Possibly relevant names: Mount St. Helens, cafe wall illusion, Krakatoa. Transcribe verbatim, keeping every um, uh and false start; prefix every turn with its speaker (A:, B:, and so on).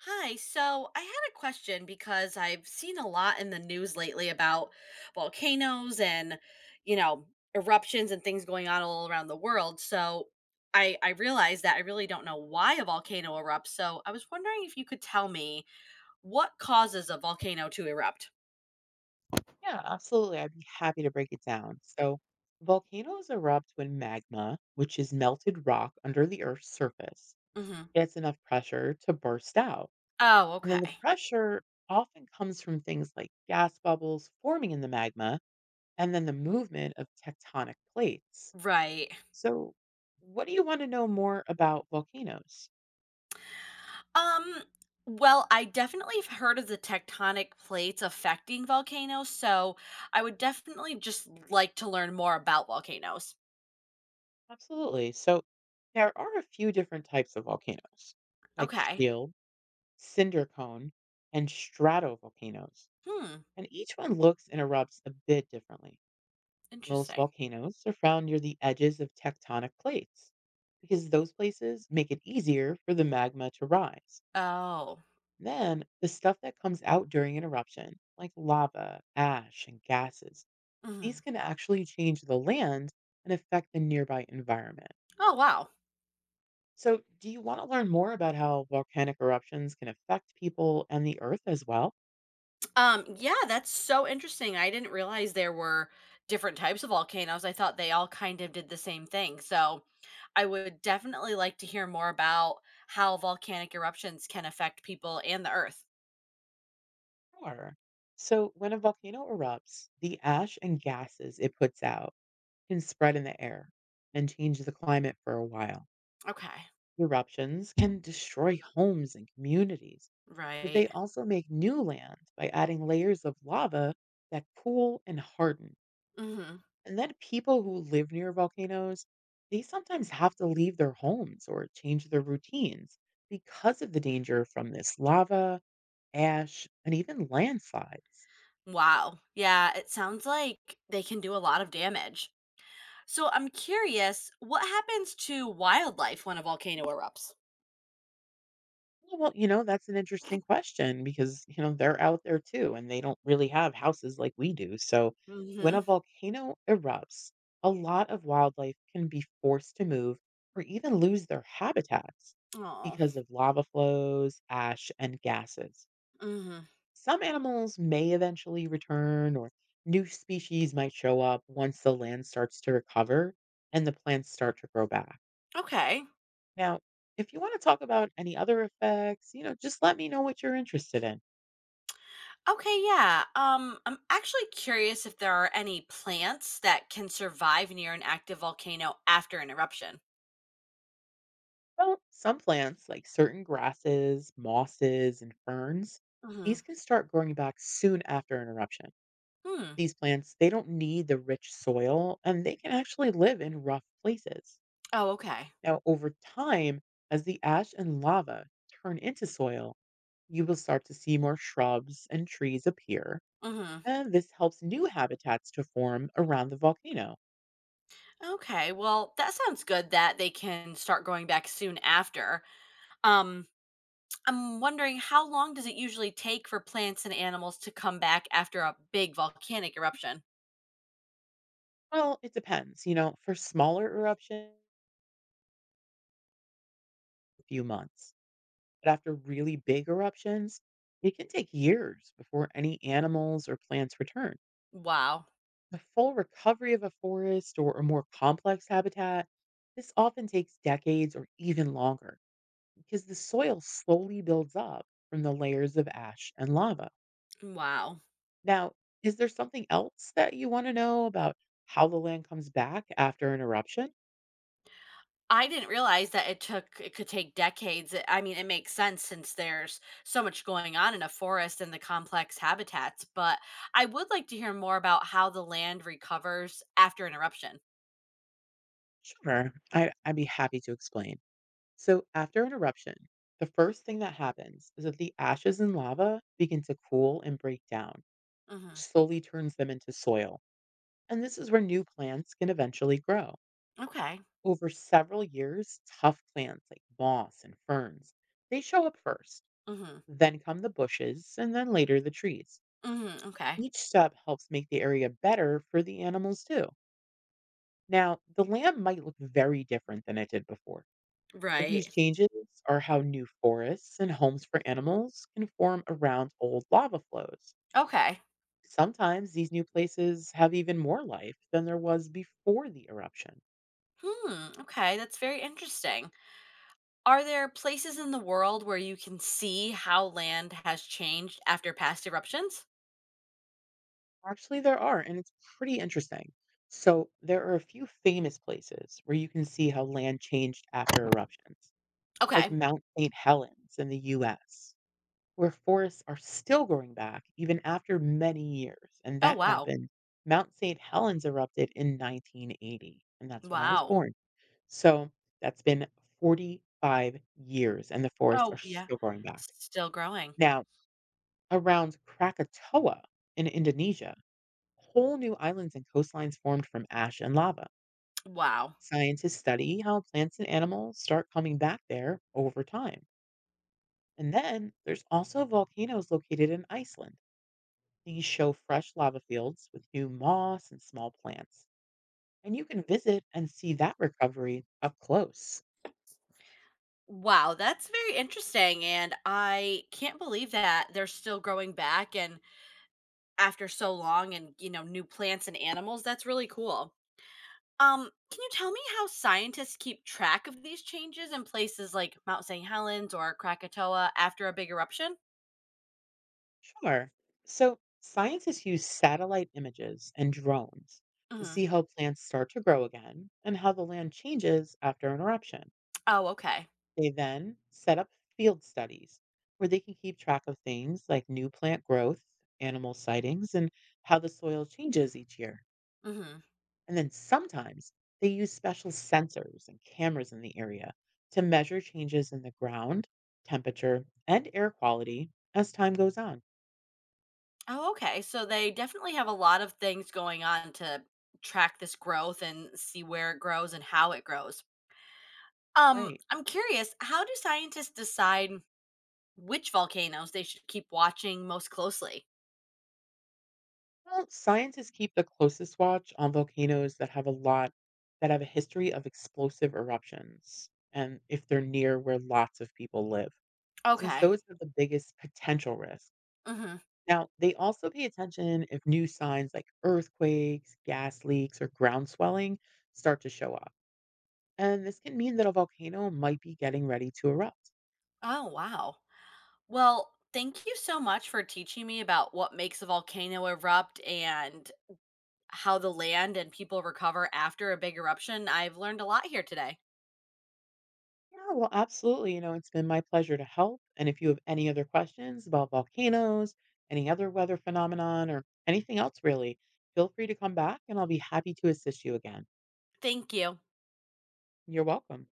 A: Hi, so I had a question because I've seen a lot in the news lately about volcanoes and, you know, eruptions and things going on all around the world. So I I realized that I really don't know why a volcano erupts. So I was wondering if you could tell me what causes a volcano to erupt.
B: Yeah, absolutely. I'd be happy to break it down. So, volcanoes erupt when magma, which is melted rock under the Earth's surface,
A: Hmm.
B: gets enough pressure to burst out.
A: Oh,
B: And then the
A: okay.
B: pressure often comes from things like gas bubbles forming in the magma and then the movement of tectonic plates.
A: Right.
B: So, what do you want to know more about volcanoes?
A: Um, well, I definitely have heard of the tectonic plates affecting volcanoes, so I would definitely just like to learn more about volcanoes.
B: Absolutely. So, there are a few different types of volcanoes, like
A: Okay.
B: shield, cinder cone, and stratovolcanoes,
A: Hmm.
B: and each one looks and erupts a bit differently. Most
A: Interesting.
B: volcanoes are found near the edges of tectonic plates because those places make it easier for the magma to rise.
A: Oh.
B: Then, the stuff that comes out during an eruption, like lava, ash, and gases, these
A: Mhm.
B: can actually change the land and affect the nearby environment.
A: Oh, wow.
B: So, do you want to learn more about how volcanic eruptions can affect people and the earth as well?
A: Um, yeah, that's so interesting. I didn't realize there were different types of volcanoes. I thought they all kind of did the same thing. So I would definitely like to hear more about how volcanic eruptions can affect people and the earth.
B: Sure. So, when a volcano erupts, the ash and gases it puts out can spread in the air and change the climate for a while.
A: Okay.
B: Eruptions can destroy homes and communities, but
A: Right.
B: they also make new land by adding layers of lava that cool and harden.
A: Hmm.
B: And then people who live near volcanoes, they sometimes have to leave their homes or change their routines because of the danger from this lava, ash, and even landslides.
A: Wow. Yeah, it sounds like they can do a lot of damage. So I'm curious, what happens to wildlife when a volcano erupts?
B: Oh, well, you know, that's an interesting question because, you know, they're out there too and they don't really have houses like we do. So when
A: Mm-hmm.
B: a volcano erupts, a lot of wildlife can be forced to move or even lose their habitats
A: Oh.
B: because of lava flows, ash, and gases.
A: Mm-hmm.
B: Some animals may eventually return, or new species might show up once the land starts to recover and the plants start to grow back.
A: Okay.
B: Now, if you want to talk about any other effects, you know, just let me know what you're interested in.
A: Okay, yeah. Um, I'm actually curious if there are any plants that can survive near an active volcano after an eruption.
B: Well, some plants, like certain grasses, mosses, and ferns,
A: Mm-hmm.
B: these can start growing back soon after an eruption.
A: Hmm.
B: These plants, they don't need the rich soil and they can actually live in rough places.
A: Oh, okay.
B: Now, over time, as the ash and lava turn into soil, you will start to see more shrubs and trees appear,
A: Mm-hmm.
B: and this helps new habitats to form around the volcano.
A: Okay. Well, that sounds good that they can start going back soon after. Um, I'm wondering how long does it usually take for plants and animals to come back after a big volcanic eruption?
B: Well, it depends. You know, for smaller eruptions, a few months. But after really big eruptions, it can take years before any animals or plants return.
A: Wow.
B: The full recovery of a forest or a more complex habitat, this often takes decades or even longer because the soil slowly builds up from the layers of ash and lava.
A: Wow.
B: Now, is there something else that you want to know about how the land comes back after an eruption?
A: I didn't realize that it took it could take decades. I I mean, it makes sense since there's so much going on in a forest and the complex habitats, but I would like to hear more about how the land recovers after an eruption.
B: Sure, I, I'd be happy to explain. So, after an eruption, the first thing that happens is that the ashes and lava begin to cool and break down, which
A: Mhm.
B: slowly turns them into soil. And this is where new plants can eventually grow.
A: Okay.
B: Over several years, tough plants like moss and ferns, they show up first.
A: Mhm.
B: Then come the bushes and then later the trees.
A: Mhm. Okay.
B: Each step helps make the area better for the animals too. Now, the land might look very different than it did before. These
A: Right.
B: changes are how new forests and homes for animals can form around old lava flows.
A: Okay.
B: Sometimes these new places have even more life than there was before the eruption.
A: Hmm. Okay, that's very interesting. Are there places in the world where you can see how land has changed after past eruptions?
B: Actually, there are, and it's pretty interesting. So, there are a few famous places where you can see how land changed after eruptions, like
A: Okay.
B: Mount Saint Helens in the U S, where forests are still growing back even after many years. And
A: Oh,
B: that
A: wow.
B: happened. Mount Saint Helens erupted in nineteen eighty, and that's when I was
A: Wow.
B: born. So that's been forty-five years, and the forests are
A: Oh, yeah.
B: still growing back.
A: Still growing.
B: Now, around Krakatoa in Indonesia, whole new islands and coastlines formed from ash and lava.
A: Wow.
B: Scientists study how plants and animals start coming back there over time. And then there's also volcanoes located in Iceland. These show fresh lava fields with new moss and small plants, and you can visit and see that recovery up close.
A: Wow, that's very interesting. And I can't believe that they're still growing back and after so long and, you know, new plants and animals. That's really cool. Um, can you tell me how scientists keep track of these changes in places like Mount saint Helens or Krakatoa after a big eruption?
B: Sure. So, scientists use satellite images and drones to see
A: Hmm.
B: how plants start to grow again and how the land changes after an eruption.
A: Oh, okay.
B: They then set up field studies where they can keep track of things like new plant growth, animal sightings, and how the soil changes each year.
A: Hmm.
B: And then sometimes they use special sensors and cameras in the area to measure changes in the ground, temperature, and air quality as time goes on.
A: Oh, okay. So they definitely have a lot of things going on to track this growth and see where it grows and how it grows. Um,
B: Right.
A: I'm curious, how do scientists decide which volcanoes they should keep watching most closely?
B: Well, scientists keep the closest watch on volcanoes that have a lot that have a history of explosive eruptions and if they're near where lots of people live, since
A: Okay.
B: those are the biggest potential risk.
A: Hmm.
B: Now, they also pay attention if new signs like earthquakes, gas leaks, or ground swelling start to show up, and this can mean that a volcano might be getting ready to erupt.
A: Oh, wow. Well, thank you so much for teaching me about what makes a volcano erupt and how the land and people recover after a big eruption. I've learned a lot here today.
B: Yeah, well, absolutely. You know, it's been my pleasure to help. And if you have any other questions about volcanoes, any other weather phenomenon, or anything else really, feel free to come back and I'll be happy to assist you again.
A: Thank you.
B: You're welcome.